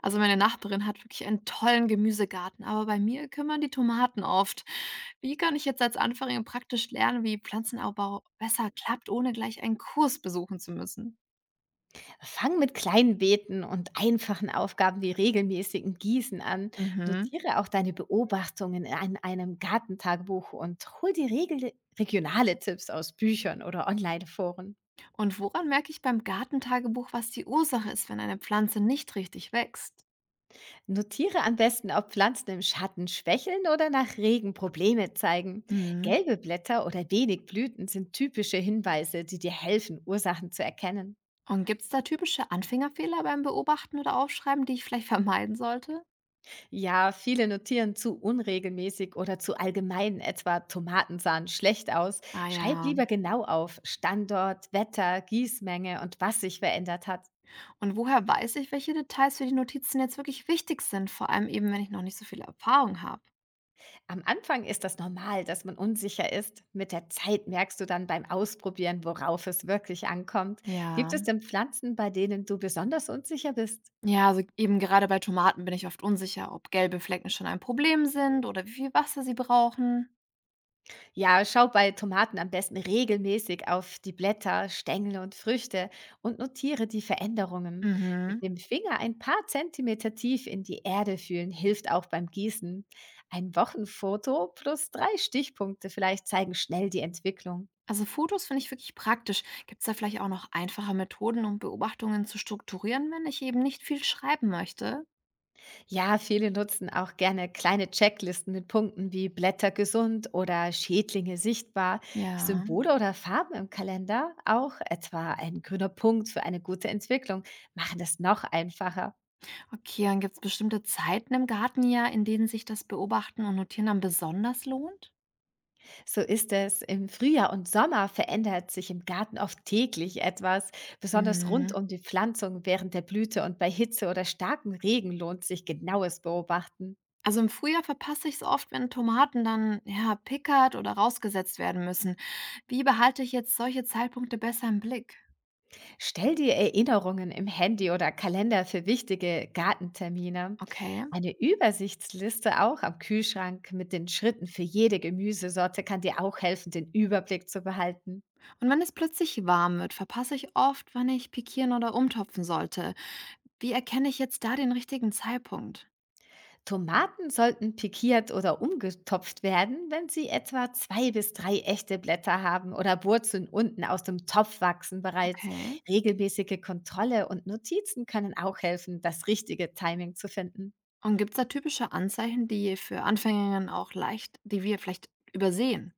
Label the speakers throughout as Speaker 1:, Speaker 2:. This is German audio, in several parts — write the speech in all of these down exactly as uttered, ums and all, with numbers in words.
Speaker 1: Also meine Nachbarin hat wirklich einen tollen Gemüsegarten, aber bei mir kümmern die Tomaten oft. Wie kann ich jetzt als Anfängerin praktisch lernen, wie Pflanzenanbau besser klappt, ohne gleich einen Kurs besuchen zu müssen?
Speaker 2: Fang mit kleinen Beten und einfachen Aufgaben wie regelmäßigen Gießen an.
Speaker 1: Mhm.
Speaker 2: Notiere auch deine Beobachtungen in einem Gartentagebuch und hol dir regel regionale Tipps aus Büchern oder Online-Foren.
Speaker 1: Und woran merke ich beim Gartentagebuch, was die Ursache ist, wenn eine Pflanze nicht richtig wächst?
Speaker 2: Notiere am besten, ob Pflanzen im Schatten schwächeln oder nach Regen Probleme zeigen.
Speaker 1: Mhm.
Speaker 2: Gelbe Blätter oder wenig Blüten sind typische Hinweise, die dir helfen, Ursachen zu erkennen.
Speaker 1: Und gibt es da typische Anfängerfehler beim Beobachten oder Aufschreiben, die ich vielleicht vermeiden sollte?
Speaker 2: Ja, viele notieren zu unregelmäßig oder zu allgemein, etwa Tomaten sahen schlecht aus.
Speaker 1: Ah
Speaker 2: Schreib
Speaker 1: ja.
Speaker 2: lieber genau auf Standort, Wetter, Gießmenge und was sich verändert hat.
Speaker 1: Und woher weiß ich, welche Details für die Notizen jetzt wirklich wichtig sind, vor allem eben, wenn ich noch nicht so viel Erfahrung habe?
Speaker 2: Am Anfang ist das normal, dass man unsicher ist. Mit der Zeit merkst du dann beim Ausprobieren, worauf es wirklich ankommt. Gibt
Speaker 1: Ja.
Speaker 2: es denn Pflanzen, bei denen du besonders unsicher bist?
Speaker 1: Ja, also eben gerade bei Tomaten bin ich oft unsicher, ob gelbe Flecken schon ein Problem sind oder wie viel Wasser sie brauchen.
Speaker 2: Ja, schau bei Tomaten am besten regelmäßig auf die Blätter, Stängel und Früchte und notiere die Veränderungen.
Speaker 1: Mhm.
Speaker 2: Mit dem Finger ein paar Zentimeter tief in die Erde fühlen hilft auch beim Gießen. Ein Wochenfoto plus drei Stichpunkte vielleicht zeigen schnell die Entwicklung.
Speaker 1: Also Fotos finde ich wirklich praktisch. Gibt es da vielleicht auch noch einfache Methoden, um Beobachtungen zu strukturieren, wenn ich eben nicht viel schreiben möchte?
Speaker 2: Ja, viele nutzen auch gerne kleine Checklisten mit Punkten wie Blätter gesund oder Schädlinge sichtbar,
Speaker 1: Ja.
Speaker 2: Symbole oder Farben im Kalender, auch etwa ein grüner Punkt für eine gute Entwicklung, machen das noch einfacher.
Speaker 1: Okay, dann gibt es bestimmte Zeiten im Gartenjahr, in denen sich das Beobachten und Notieren dann besonders lohnt?
Speaker 2: So ist es. Im Frühjahr und Sommer verändert sich im Garten oft täglich etwas, besonders rund
Speaker 1: Mhm.
Speaker 2: um die Pflanzung während der Blüte und bei Hitze oder starkem Regen lohnt sich genaues Beobachten.
Speaker 1: Also im Frühjahr verpasse ich es oft, wenn Tomaten dann ja, pickert oder rausgesetzt werden müssen. Wie behalte ich jetzt solche Zeitpunkte besser im Blick?
Speaker 2: Stell dir Erinnerungen im Handy oder Kalender für wichtige Gartentermine.
Speaker 1: Okay.
Speaker 2: Eine Übersichtsliste auch am Kühlschrank mit den Schritten für jede Gemüsesorte kann dir auch helfen, den Überblick zu behalten.
Speaker 1: Und wenn es plötzlich warm wird, verpasse ich oft, wann ich pikieren oder umtopfen sollte. Wie erkenne ich jetzt da den richtigen Zeitpunkt?
Speaker 2: Tomaten sollten pikiert oder umgetopft werden, wenn sie etwa zwei bis drei echte Blätter haben oder Wurzeln unten aus dem Topf wachsen bereits.
Speaker 1: Okay.
Speaker 2: Regelmäßige Kontrolle und Notizen können auch helfen, das richtige Timing zu finden.
Speaker 1: Und gibt es da typische Anzeichen, die für Anfängerinnen auch leicht, die wir vielleicht übersehen?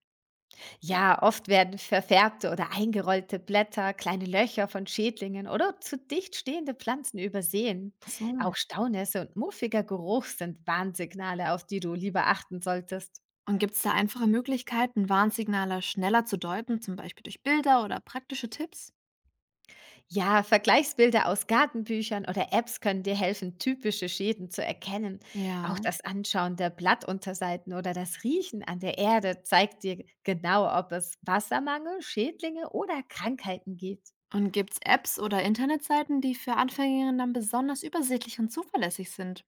Speaker 2: Ja, oft werden verfärbte oder eingerollte Blätter, kleine Löcher von Schädlingen oder zu dicht stehende Pflanzen übersehen.
Speaker 1: Ach so.
Speaker 2: Auch Staunässe und muffiger Geruch sind Warnsignale, auf die du lieber achten solltest.
Speaker 1: Und gibt es da einfache Möglichkeiten, Warnsignale schneller zu deuten, zum Beispiel durch Bilder oder praktische Tipps?
Speaker 2: Ja, Vergleichsbilder aus Gartenbüchern oder Apps können dir helfen, typische Schäden zu erkennen. Auch
Speaker 1: Ja.
Speaker 2: das Anschauen der Blattunterseiten oder das Riechen an der Erde zeigt dir genau, ob es Wassermangel, Schädlinge oder Krankheiten gibt.
Speaker 1: Und gibt's Apps oder Internetseiten, die für Anfängerinnen dann besonders übersichtlich und zuverlässig sind?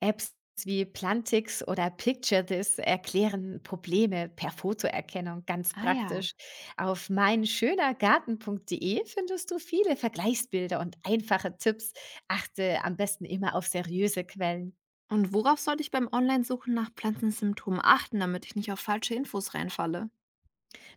Speaker 2: Apps wie Plantix oder PictureThis erklären Probleme per Fotoerkennung ganz
Speaker 1: Ah ja.
Speaker 2: praktisch. Auf meinschönergarten Punkt de findest du viele Vergleichsbilder und einfache Tipps. Achte am besten immer auf seriöse Quellen.
Speaker 1: Und worauf sollte ich beim Online-Suchen nach Pflanzensymptomen achten, damit ich nicht auf falsche Infos reinfalle?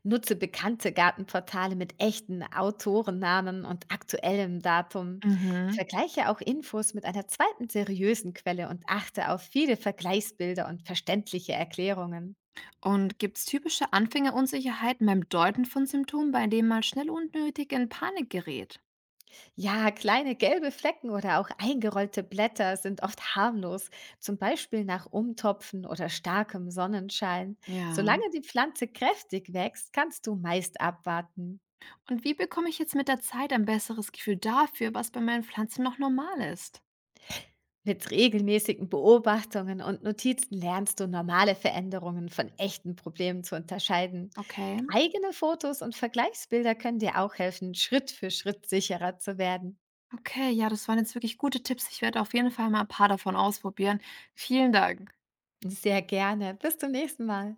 Speaker 2: Nutze bekannte Gartenportale mit echten Autorennamen und aktuellem Datum.
Speaker 1: Mhm.
Speaker 2: Vergleiche auch Infos mit einer zweiten seriösen Quelle und achte auf viele Vergleichsbilder und verständliche Erklärungen.
Speaker 1: Und gibt's typische Anfängerunsicherheiten beim Deuten von Symptomen, bei denen man schnell unnötig in Panik gerät?
Speaker 2: Ja, kleine gelbe Flecken oder auch eingerollte Blätter sind oft harmlos, zum Beispiel nach Umtopfen oder starkem Sonnenschein.
Speaker 1: Ja.
Speaker 2: Solange die Pflanze kräftig wächst, kannst du meist abwarten.
Speaker 1: Und wie bekomme ich jetzt mit der Zeit ein besseres Gefühl dafür, was bei meinen Pflanzen noch normal ist?
Speaker 2: Mit regelmäßigen Beobachtungen und Notizen lernst du normale Veränderungen von echten Problemen zu unterscheiden.
Speaker 1: Okay.
Speaker 2: Eigene Fotos und Vergleichsbilder können dir auch helfen, Schritt für Schritt sicherer zu werden.
Speaker 1: Okay, ja, das waren jetzt wirklich gute Tipps. Ich werde auf jeden Fall mal ein paar davon ausprobieren. Vielen Dank.
Speaker 2: Sehr gerne. Bis zum nächsten Mal.